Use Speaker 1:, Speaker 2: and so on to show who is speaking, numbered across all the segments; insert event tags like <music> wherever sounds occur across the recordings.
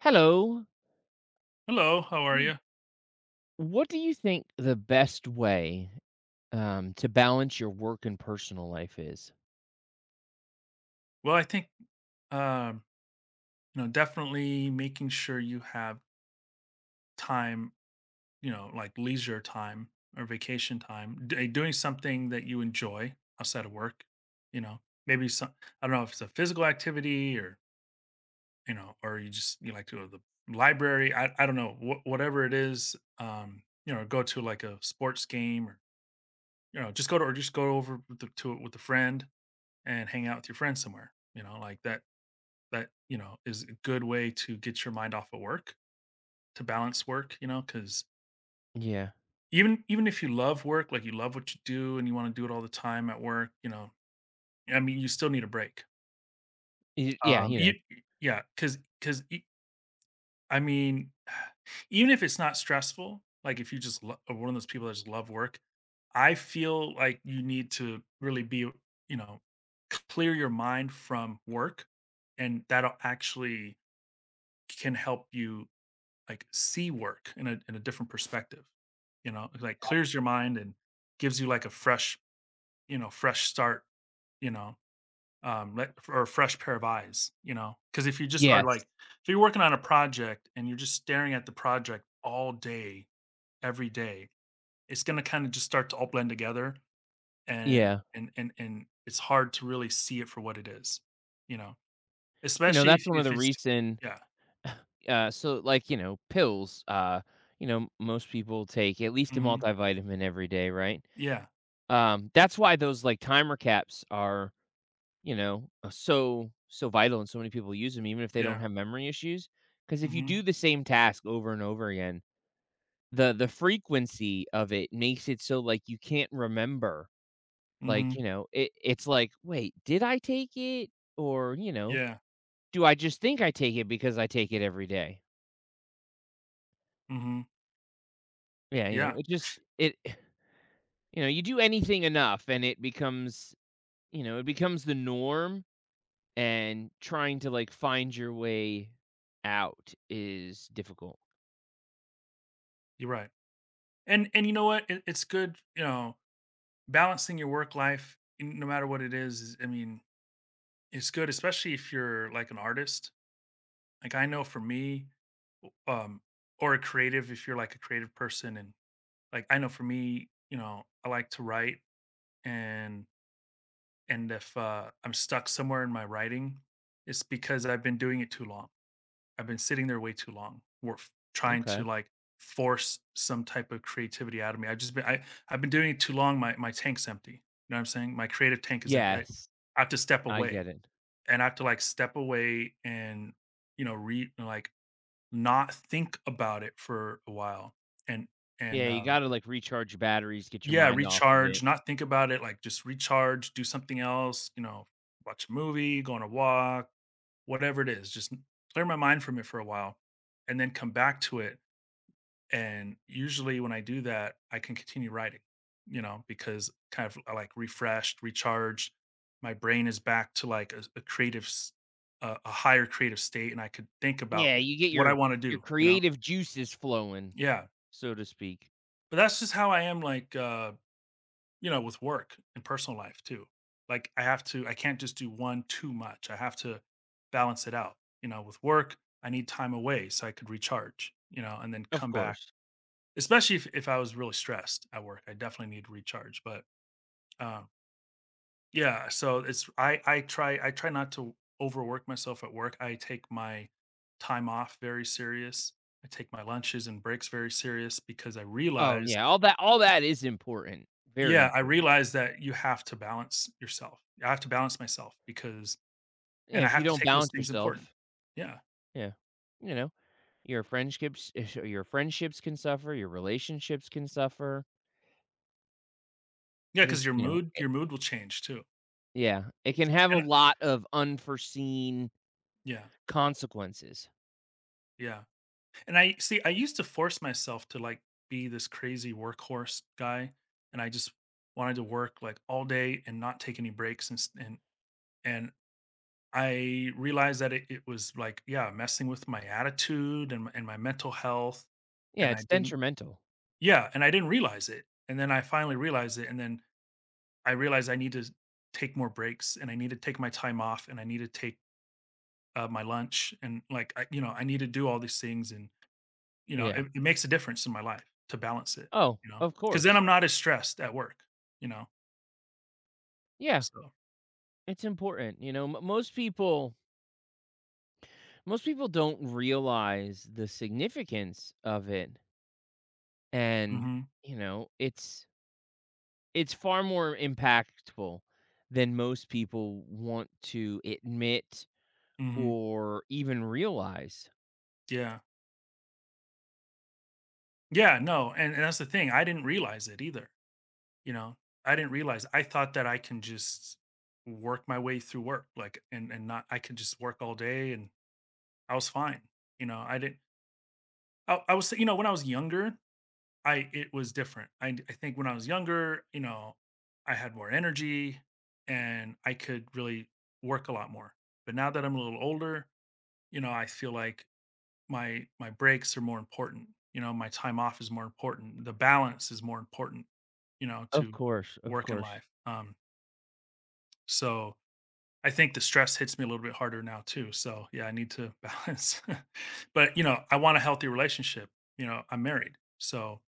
Speaker 1: Hello.
Speaker 2: Hello, how are
Speaker 1: Mm.
Speaker 2: you?
Speaker 1: What do you think the best way to balance your work and personal life is?
Speaker 2: Well, I think um, you know, definitely making sure you have time, you know, like leisure time or vacation time, doing something that you enjoy outside of work, you know. Maybe some I don't know if it's a physical activity or, you know, or you just you like to go to the library, I don't know, whatever it is, you know, go to like a sports game or you know, just go to or just go over with the, to it with a friend and hang out with your friends somewhere, you know, like that, you know, is a good way to get your mind off of work, to balance work, you know, because
Speaker 1: Yeah.
Speaker 2: even if you love work, like you love what you do and you wanna do it all the time at work, you know, I mean, you still need a break.
Speaker 1: Yeah. You
Speaker 2: You
Speaker 1: know,
Speaker 2: yeah because I mean, <sighs> even if it's not stressful, like if you just lo are one of those people that just love work, I feel like you need to really be, you know, clear your mind from work, and that'll actually can help you like see work in a different perspective. You know, it, like clears your mind and gives you like a fresh, you know, fresh start, you know, like or a fresh pair of eyes, you know. Cuz if you just are like
Speaker 1: yes.
Speaker 2: if you're working on a project and you're just staring at the project all day every day, it's going to kind of just start to all blend together and
Speaker 1: Yeah.
Speaker 2: and and and it's hard to really see it for what it is, you know.
Speaker 1: You know,
Speaker 2: Especially if
Speaker 1: that's one of
Speaker 2: if
Speaker 1: the
Speaker 2: it's
Speaker 1: reason.
Speaker 2: yeah.
Speaker 1: <sighs> So, like, you know, pills, you know, most people take at least a
Speaker 2: Mhm.
Speaker 1: multivitamin every day, right?
Speaker 2: Yeah.
Speaker 1: That's why those like timer caps are, you know, so vital and so many people use them, even if they don't
Speaker 2: Yeah.
Speaker 1: have memory issues. Because if you
Speaker 2: Mhm.
Speaker 1: do the same task over and over again, the frequency of it makes it so, like, you can't remember, like,
Speaker 2: Mhm.
Speaker 1: you know, it's like, "Wait, did I take it?" Or, you know,
Speaker 2: Yeah.
Speaker 1: "Do I just think I take it because I take it every day?"
Speaker 2: Mhm.
Speaker 1: Yeah, you know,
Speaker 2: Yeah,
Speaker 1: it just it <sighs> you know, you do anything enough and it becomes you know, it becomes the norm, and trying to, like, find your way out is difficult.
Speaker 2: you're right. And you know what? It's good, you know, balancing your work life, no matter what it is. I mean, it's good, especially if you're like an artist. Like I know for me, um, or a creative, if you're like a creative person, and like I know for me, you know, I like to write, and and if I'm stuck somewhere in my writing, it's because I've been doing it too long. I've been sitting there way too long. Trying to
Speaker 1: Okay.
Speaker 2: like force some type of creativity out of me. I've just been I've been doing it too long. My tank's empty. You know what I'm saying? My creative tank is empty.
Speaker 1: Yes,
Speaker 2: I have to step
Speaker 1: I get
Speaker 2: away,
Speaker 1: it.
Speaker 2: and I have to like step away and you know read like not think about it for a while and and
Speaker 1: Yeah, you gotta, like, recharge your batteries, get your
Speaker 2: yeah,
Speaker 1: mind off of it.
Speaker 2: recharge, not think about it, like just recharge, do something else, you know, watch a movie, go on a walk. Whatever it is, just clear my mind from it for a while and then come back to it. And usually when I do that, I can continue writing, you know, because kind of I like refreshed, recharged. My brain is back to like a creative, a higher creative state. And I could think about
Speaker 1: Yeah, you get
Speaker 2: what I want to
Speaker 1: your
Speaker 2: do, you know?
Speaker 1: creative juices flowing,
Speaker 2: Yeah.
Speaker 1: so to speak.
Speaker 2: But that's just how I am, like, you know, with work and personal life too. Like I have to, I can't just do one too much. I have to balance it out. You know, with work, I need time away so I could recharge, you know, and then
Speaker 1: Of
Speaker 2: come back.
Speaker 1: course.
Speaker 2: Especially if I was really stressed at work. I definitely need to recharge. But um yeah, so it's I try I try not to overwork myself at work. I take my time off very serious. I take my lunches and breaks very serious because I
Speaker 1: Oh,
Speaker 2: realize.
Speaker 1: yeah, all that is important, very
Speaker 2: Yeah, I
Speaker 1: important.
Speaker 2: realized that you have to balance yourself. I have to balance myself because
Speaker 1: Yeah,
Speaker 2: and I
Speaker 1: if you
Speaker 2: have to
Speaker 1: don't
Speaker 2: take those
Speaker 1: balance
Speaker 2: things important.
Speaker 1: yourself,
Speaker 2: Yeah.
Speaker 1: yeah, you know, your friendships <laughs> your friendships can suffer, your relationships can suffer,
Speaker 2: Yeah, because
Speaker 1: just,
Speaker 2: your
Speaker 1: you know,
Speaker 2: mood your mood will change too.
Speaker 1: yeah, it can have a
Speaker 2: And
Speaker 1: lot of unforeseen
Speaker 2: yeah,
Speaker 1: consequences.
Speaker 2: yeah. And I see, I used to force myself to, like, be this crazy workhorse guy, and I just wanted to work, like, all day and not take any breaks and s and I realized that it was, like, yeah, messing with my attitude and my mental health,
Speaker 1: Yeah,
Speaker 2: and I
Speaker 1: it's
Speaker 2: didn't.
Speaker 1: detrimental.
Speaker 2: Yeah, and I didn't realize it, and then I finally realized it, and then I realized I need to take more breaks, and I need to take my time off, and I need to take, my lunch, and, like, I you know, I need to do all these things, and, you know,
Speaker 1: Yeah.
Speaker 2: it makes a difference in my life to balance it,
Speaker 1: Oh,
Speaker 2: you know,
Speaker 1: of
Speaker 2: because then
Speaker 1: course.
Speaker 2: I'm not as stressed at work, you know?
Speaker 1: Yeah,
Speaker 2: So
Speaker 1: it's important, you know, mo most people don't realize the significance of it and
Speaker 2: Mhm,
Speaker 1: you know it's far more impactful than most people want to admit
Speaker 2: mhm,
Speaker 1: or even realize.
Speaker 2: yeah. Yeah, no, and that's the thing, I didn't realize it either, you know? I didn't realize I thought that I can just work my way through work, like, and not I could just work all day and I was fine. You know, I didn't I was you know, when I was younger, I it was different. I think when I was younger, you know, I had more energy and I could really work a lot more. But now that I'm a little older, you know, I feel like my breaks are more important. You know, my time off is more important. The balance is more important, you know,
Speaker 1: Of
Speaker 2: to
Speaker 1: course, of
Speaker 2: work and
Speaker 1: course.
Speaker 2: life. So I think the stress hits me a little bit harder now too, so, yeah, I need to <laughs> balance. <laughs> But, you know, I want a healthy relationship, you know, I'm married, so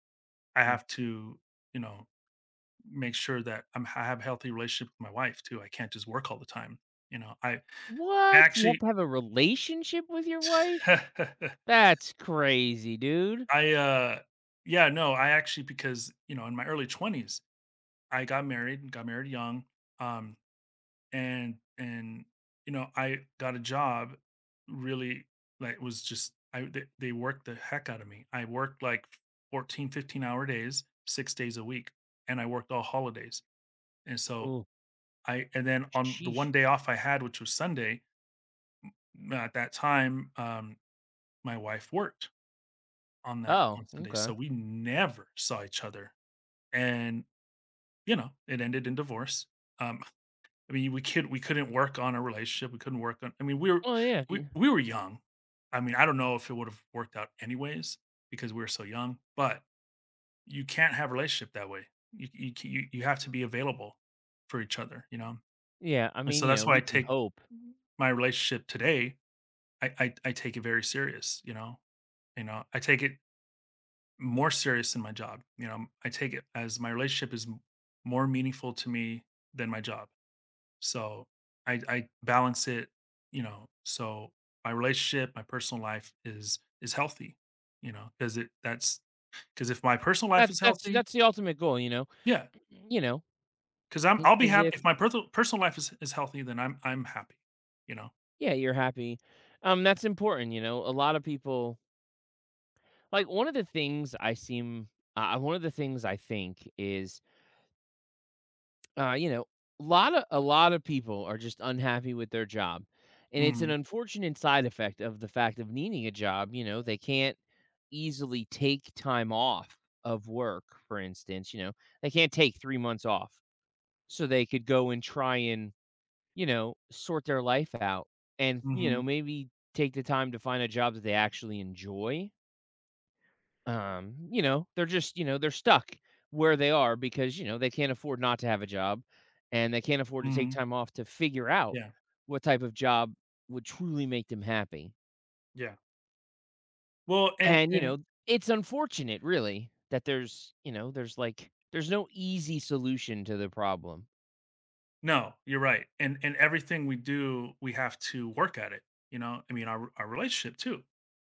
Speaker 2: I
Speaker 1: Mm.
Speaker 2: have to, you know, make sure that I have a healthy relationship with my wife too, I can't just work all the time, you know? I
Speaker 1: What you have
Speaker 2: actually
Speaker 1: to have a relationship with your wife?
Speaker 2: <laughs>
Speaker 1: That's crazy, dude.
Speaker 2: I, yeah, no, I actually because, you know, in my early 20s, I got married young, um and you know I got a job really like was just I they worked the heck out of me I worked like 14, 15 hour days 6 days a week and I worked all holidays and so
Speaker 1: Oh.
Speaker 2: I and then on the one
Speaker 1: Sheesh.
Speaker 2: day off I had which was sunday at that time my wife worked on that
Speaker 1: Oh,
Speaker 2: on sunday
Speaker 1: okay.
Speaker 2: so we never saw each other and you know it ended in divorce um I mean, we could we couldn't work on a relationship, we couldn't work on I mean, we were
Speaker 1: well yeah
Speaker 2: we
Speaker 1: c-
Speaker 2: we were young. I mean, I don't know if it would have worked out anyways because we were so young, but you can't have a relationship that way. You c- you have to be available for each other, you know?
Speaker 1: yeah, I
Speaker 2: And
Speaker 1: mean,
Speaker 2: so
Speaker 1: you
Speaker 2: that's
Speaker 1: know,
Speaker 2: why I
Speaker 1: we can
Speaker 2: take
Speaker 1: hope.
Speaker 2: my relationship today, I take it very serious, you know? You know, I take it more serious than my job. You know, I take it as my relationship is more meaningful to me than my job so I balance it, you know, so my relationship, my personal life is healthy, you know, because it that's because if my personal life
Speaker 1: That's
Speaker 2: is healthy,
Speaker 1: that's the ultimate goal, you know,
Speaker 2: yeah,
Speaker 1: you know,
Speaker 2: because I'll be
Speaker 1: because
Speaker 2: happy if my personal life is healthy, then I'm happy, you know.
Speaker 1: yeah, you're happy. That's important, you know. A lot of people like one of the things I seem one of the things I think is you know, a lot of people are just unhappy with their job. And it's an
Speaker 2: Mhm.
Speaker 1: unfortunate side effect of the fact of needing a job, you know, they can't easily take time off of work, for instance, you know. They can't take 3 months off so they could go and try and you know, sort their life out and, you know,
Speaker 2: Mhm.
Speaker 1: maybe take the time to find a job that they actually enjoy. You know, they're just, you know, they're stuck where they are because, you know, they can't afford not to have a job and they can't afford to take
Speaker 2: Mhm.
Speaker 1: time off to figure out
Speaker 2: Yeah.
Speaker 1: what type of job would truly make them happy.
Speaker 2: Yeah. Well,
Speaker 1: And, you
Speaker 2: and
Speaker 1: know, it's unfortunate really that there's, you know, there's like there's no easy solution to the problem.
Speaker 2: No, you're right. And everything we do, we have to work at it. You know, I mean, our relationship too.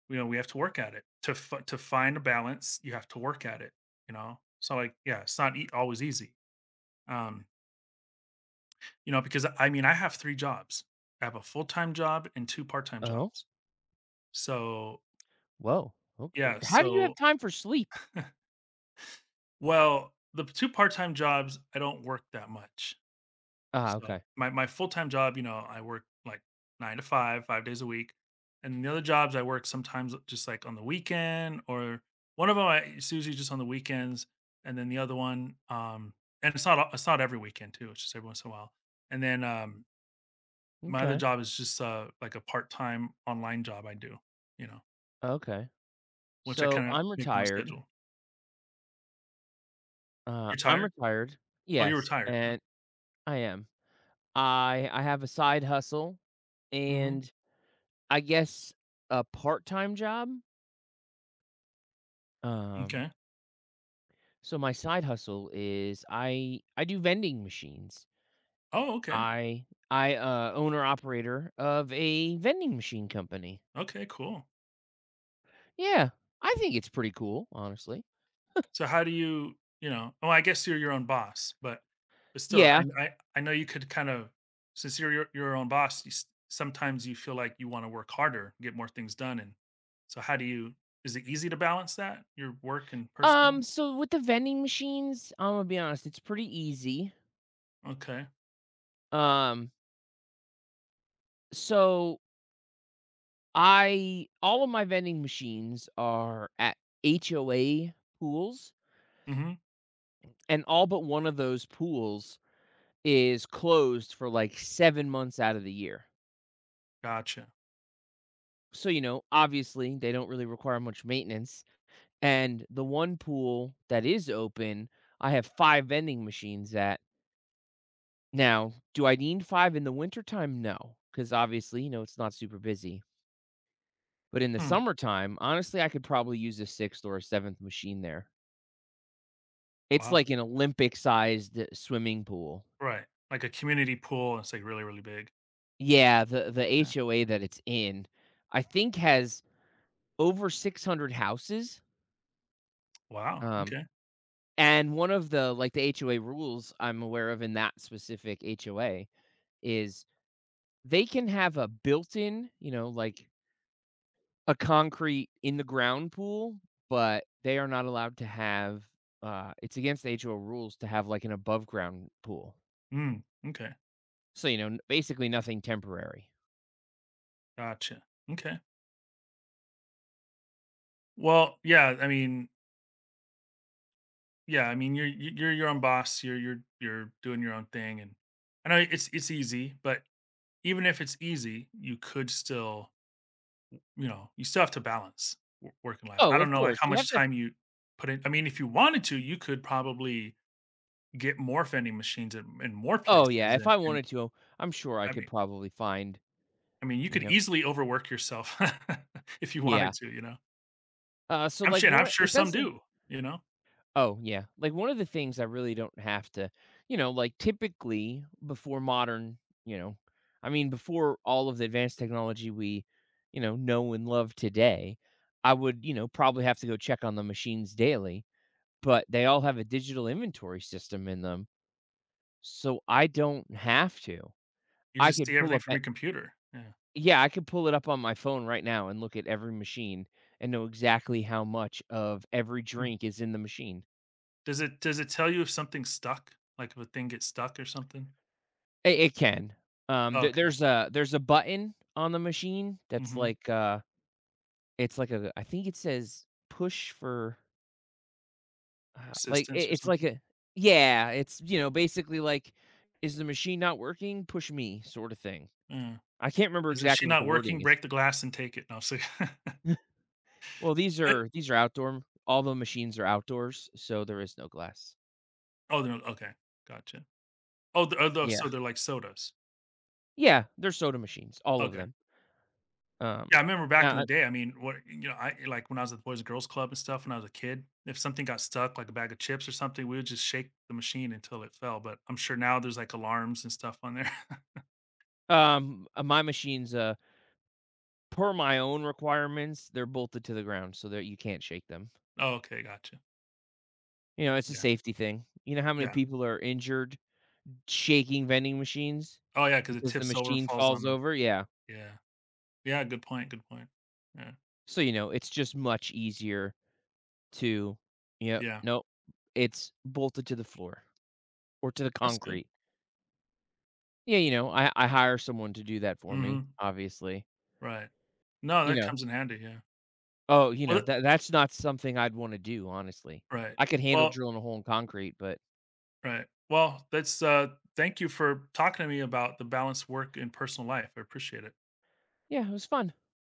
Speaker 2: You know, we have to work at it to to find a balance. You have to work at it. You know, so like, yeah, it's not always easy. Um, you know, because I mean, I have three jobs. I have a full time job and two-part time
Speaker 1: Oh,
Speaker 2: jobs. So
Speaker 1: whoa. ok-
Speaker 2: yeah,
Speaker 1: How do you
Speaker 2: so
Speaker 1: have time for sleep?
Speaker 2: well, the two-part time jobs, I don't work that much.
Speaker 1: Ah,
Speaker 2: So
Speaker 1: okay.
Speaker 2: my full-time job, you know, I work like 9 to 5, 5 days a week. And the other jobs I work sometimes just like on the weekend or one of them I, it's usually just on the weekends and then the other one and it's not it's not every weekend too, it's just every once in a while. And then my other
Speaker 1: Okay.
Speaker 2: job is just like a part-time online job I do, you know,
Speaker 1: Okay.
Speaker 2: which I
Speaker 1: So,
Speaker 2: kind of make my own schedule. You're
Speaker 1: I'm
Speaker 2: tired?
Speaker 1: retired,
Speaker 2: Oh, you're
Speaker 1: yes,
Speaker 2: retired. Okay.
Speaker 1: and I am. I have a side hustle
Speaker 2: Mhm.
Speaker 1: and I guess a part-time job? Um,
Speaker 2: Okay.
Speaker 1: so my side hustle is I do vending machines.
Speaker 2: Oh, okay.
Speaker 1: I, owner operator of a vending machine company.
Speaker 2: Okay, cool.
Speaker 1: Yeah, I think it's pretty cool, honestly.
Speaker 2: So how do you, you know well, I guess you're your own boss, but still,
Speaker 1: Yeah,
Speaker 2: I know you could kind of since you're your own boss, you s sometimes you feel like you wanna work harder, get more things done, and so how do you is it easy to balance that, your work and personal?
Speaker 1: so with the vending machines, Imma be honest, it's pretty easy.
Speaker 2: Okay.
Speaker 1: Um, so I all of my vending machines are at HOA pools,
Speaker 2: Mhm.
Speaker 1: and all but one of those pools is closed for, like, 7 months out of the year.
Speaker 2: Gotcha.
Speaker 1: So, you know, obviously, they don't really require much maintenance, and the one pool that is open, I have 5 vending machines at. Now, do I need 5 in the wintertime? No, because obviously, you know, it's not super busy. But in the
Speaker 2: Hmm,
Speaker 1: summertime, honestly, I could probably use a 6th or a 7th machine there. It's
Speaker 2: wow,
Speaker 1: like an Olympic-sized swimming pool.
Speaker 2: right, like a community pool, it's, like, really, really big.
Speaker 1: Yeah, the
Speaker 2: Yeah.
Speaker 1: HOA that it's in, I think has over 600 houses,
Speaker 2: Wow,
Speaker 1: um,
Speaker 2: okay.
Speaker 1: and one of the like, the HOA rules I'm aware of in that specific HOA is they can have a built-in, you know, like, a concrete in-the-ground pool, but they are not allowed to have, it's against the HOA rules to have, like, an above-ground pool.
Speaker 2: Mm, okay.
Speaker 1: So, you know, basically nothing temporary.
Speaker 2: Gotcha. Okay. Well, yeah, I mean Yeah, I mean, you're your own boss, you're doing your own thing, and I know it's easy, but even if it's easy, you could still, you know, you still have to balance w work and life. I
Speaker 1: Oh,
Speaker 2: don't
Speaker 1: of
Speaker 2: know, like,
Speaker 1: course,
Speaker 2: how
Speaker 1: you have
Speaker 2: much
Speaker 1: to.
Speaker 2: time you put in I mean, if you wanted to, you could probably get more vending machines in more
Speaker 1: Oh, yeah,
Speaker 2: places,
Speaker 1: if I
Speaker 2: and
Speaker 1: wanted to, I'm sure I
Speaker 2: I
Speaker 1: could
Speaker 2: mean
Speaker 1: probably find,
Speaker 2: I mean, you
Speaker 1: you
Speaker 2: could
Speaker 1: know.
Speaker 2: easily overwork yourself <laughs> if you wanted
Speaker 1: Yeah.
Speaker 2: to, you know?
Speaker 1: So,
Speaker 2: I'm
Speaker 1: like,
Speaker 2: sure and I'm
Speaker 1: one
Speaker 2: sure
Speaker 1: it
Speaker 2: some
Speaker 1: doesn't.
Speaker 2: do, you know?
Speaker 1: Oh, yeah. Like, one of the things I really don't have to you know, like, typically, before modern you know, I mean, before all of the advanced technology we, you know and love today, I would, you know, probably have to go check on the machines daily, but they all have a digital inventory system in them, so I don't have to.
Speaker 2: You
Speaker 1: I
Speaker 2: just
Speaker 1: could
Speaker 2: see
Speaker 1: pull
Speaker 2: everything
Speaker 1: up
Speaker 2: from your computer, yeah.
Speaker 1: yeah, I could pull it up on my phone right now and look at every machine and know exactly how much of every
Speaker 2: Hmm.
Speaker 1: drink is in the machine.
Speaker 2: Does it tell you if something's stuck? Like, if a thing gets stuck or something?
Speaker 1: It can. There
Speaker 2: Okay,
Speaker 1: there's a there's a button on the machine that's
Speaker 2: mhm.
Speaker 1: like, it's like a I think it says push for, like,
Speaker 2: Assistance
Speaker 1: it
Speaker 2: or
Speaker 1: it's like
Speaker 2: something?
Speaker 1: a yeah, it's, you know, basically like, "Is the machine not working? Push me," sort of thing.
Speaker 2: Yeah.
Speaker 1: I can't remember
Speaker 2: Is the
Speaker 1: exactly
Speaker 2: machine
Speaker 1: what
Speaker 2: not
Speaker 1: the wording
Speaker 2: working?
Speaker 1: is.
Speaker 2: Break the glass and take it. No, I'm just like
Speaker 1: <laughs> Well,
Speaker 2: It <laughs>
Speaker 1: these are outdoor all the machines are outdoors, so there is no glass.
Speaker 2: Oh, they're- okay, gotcha. Oh, the oh, those- so
Speaker 1: Yeah.
Speaker 2: they're like sodas.
Speaker 1: Yeah, they're soda machines, all of
Speaker 2: Okay.
Speaker 1: them.
Speaker 2: Yeah, I
Speaker 1: Um,
Speaker 2: remember back in the
Speaker 1: uh,
Speaker 2: day, I mean, what you know, I like, when I was at the Boys and Girls Club and stuff when I was a kid, if something got stuck, like a bag of chips or something, we would just shake the machine until it fell, but I'm sure now there's, like, alarms and stuff on there. <laughs>
Speaker 1: my machines, per my own requirements, they're bolted to the ground so that you can't shake them.
Speaker 2: Oh, okay, gotcha.
Speaker 1: You know, it's a
Speaker 2: Yeah,
Speaker 1: safety thing. You know how many
Speaker 2: yeah.
Speaker 1: people are injured shaking vending machines
Speaker 2: Oh, yeah, because it
Speaker 1: because the
Speaker 2: tips over and
Speaker 1: machine
Speaker 2: falls on
Speaker 1: falls
Speaker 2: them.
Speaker 1: over? Yeah.
Speaker 2: Yeah. Yeah, good point, good point. Yeah.
Speaker 1: So, you know, it's just much easier to, you know,
Speaker 2: Yeah.
Speaker 1: no, it's bolted to the floor or to the
Speaker 2: That's good.
Speaker 1: concrete. Yeah, you know, I hire someone to do that for me,
Speaker 2: Mhm.
Speaker 1: obviously.
Speaker 2: Right. No,
Speaker 1: You
Speaker 2: that
Speaker 1: know
Speaker 2: comes in handy, yeah.
Speaker 1: oh, you
Speaker 2: Well,
Speaker 1: know,
Speaker 2: that
Speaker 1: that's not something I'd wanna do, honestly.
Speaker 2: right.
Speaker 1: I could handle
Speaker 2: Well
Speaker 1: drilling a hole in concrete, but
Speaker 2: right. Well, that's, thank you for talking to me about the balanced work and personal life. I appreciate it.
Speaker 1: yeah, it was fun.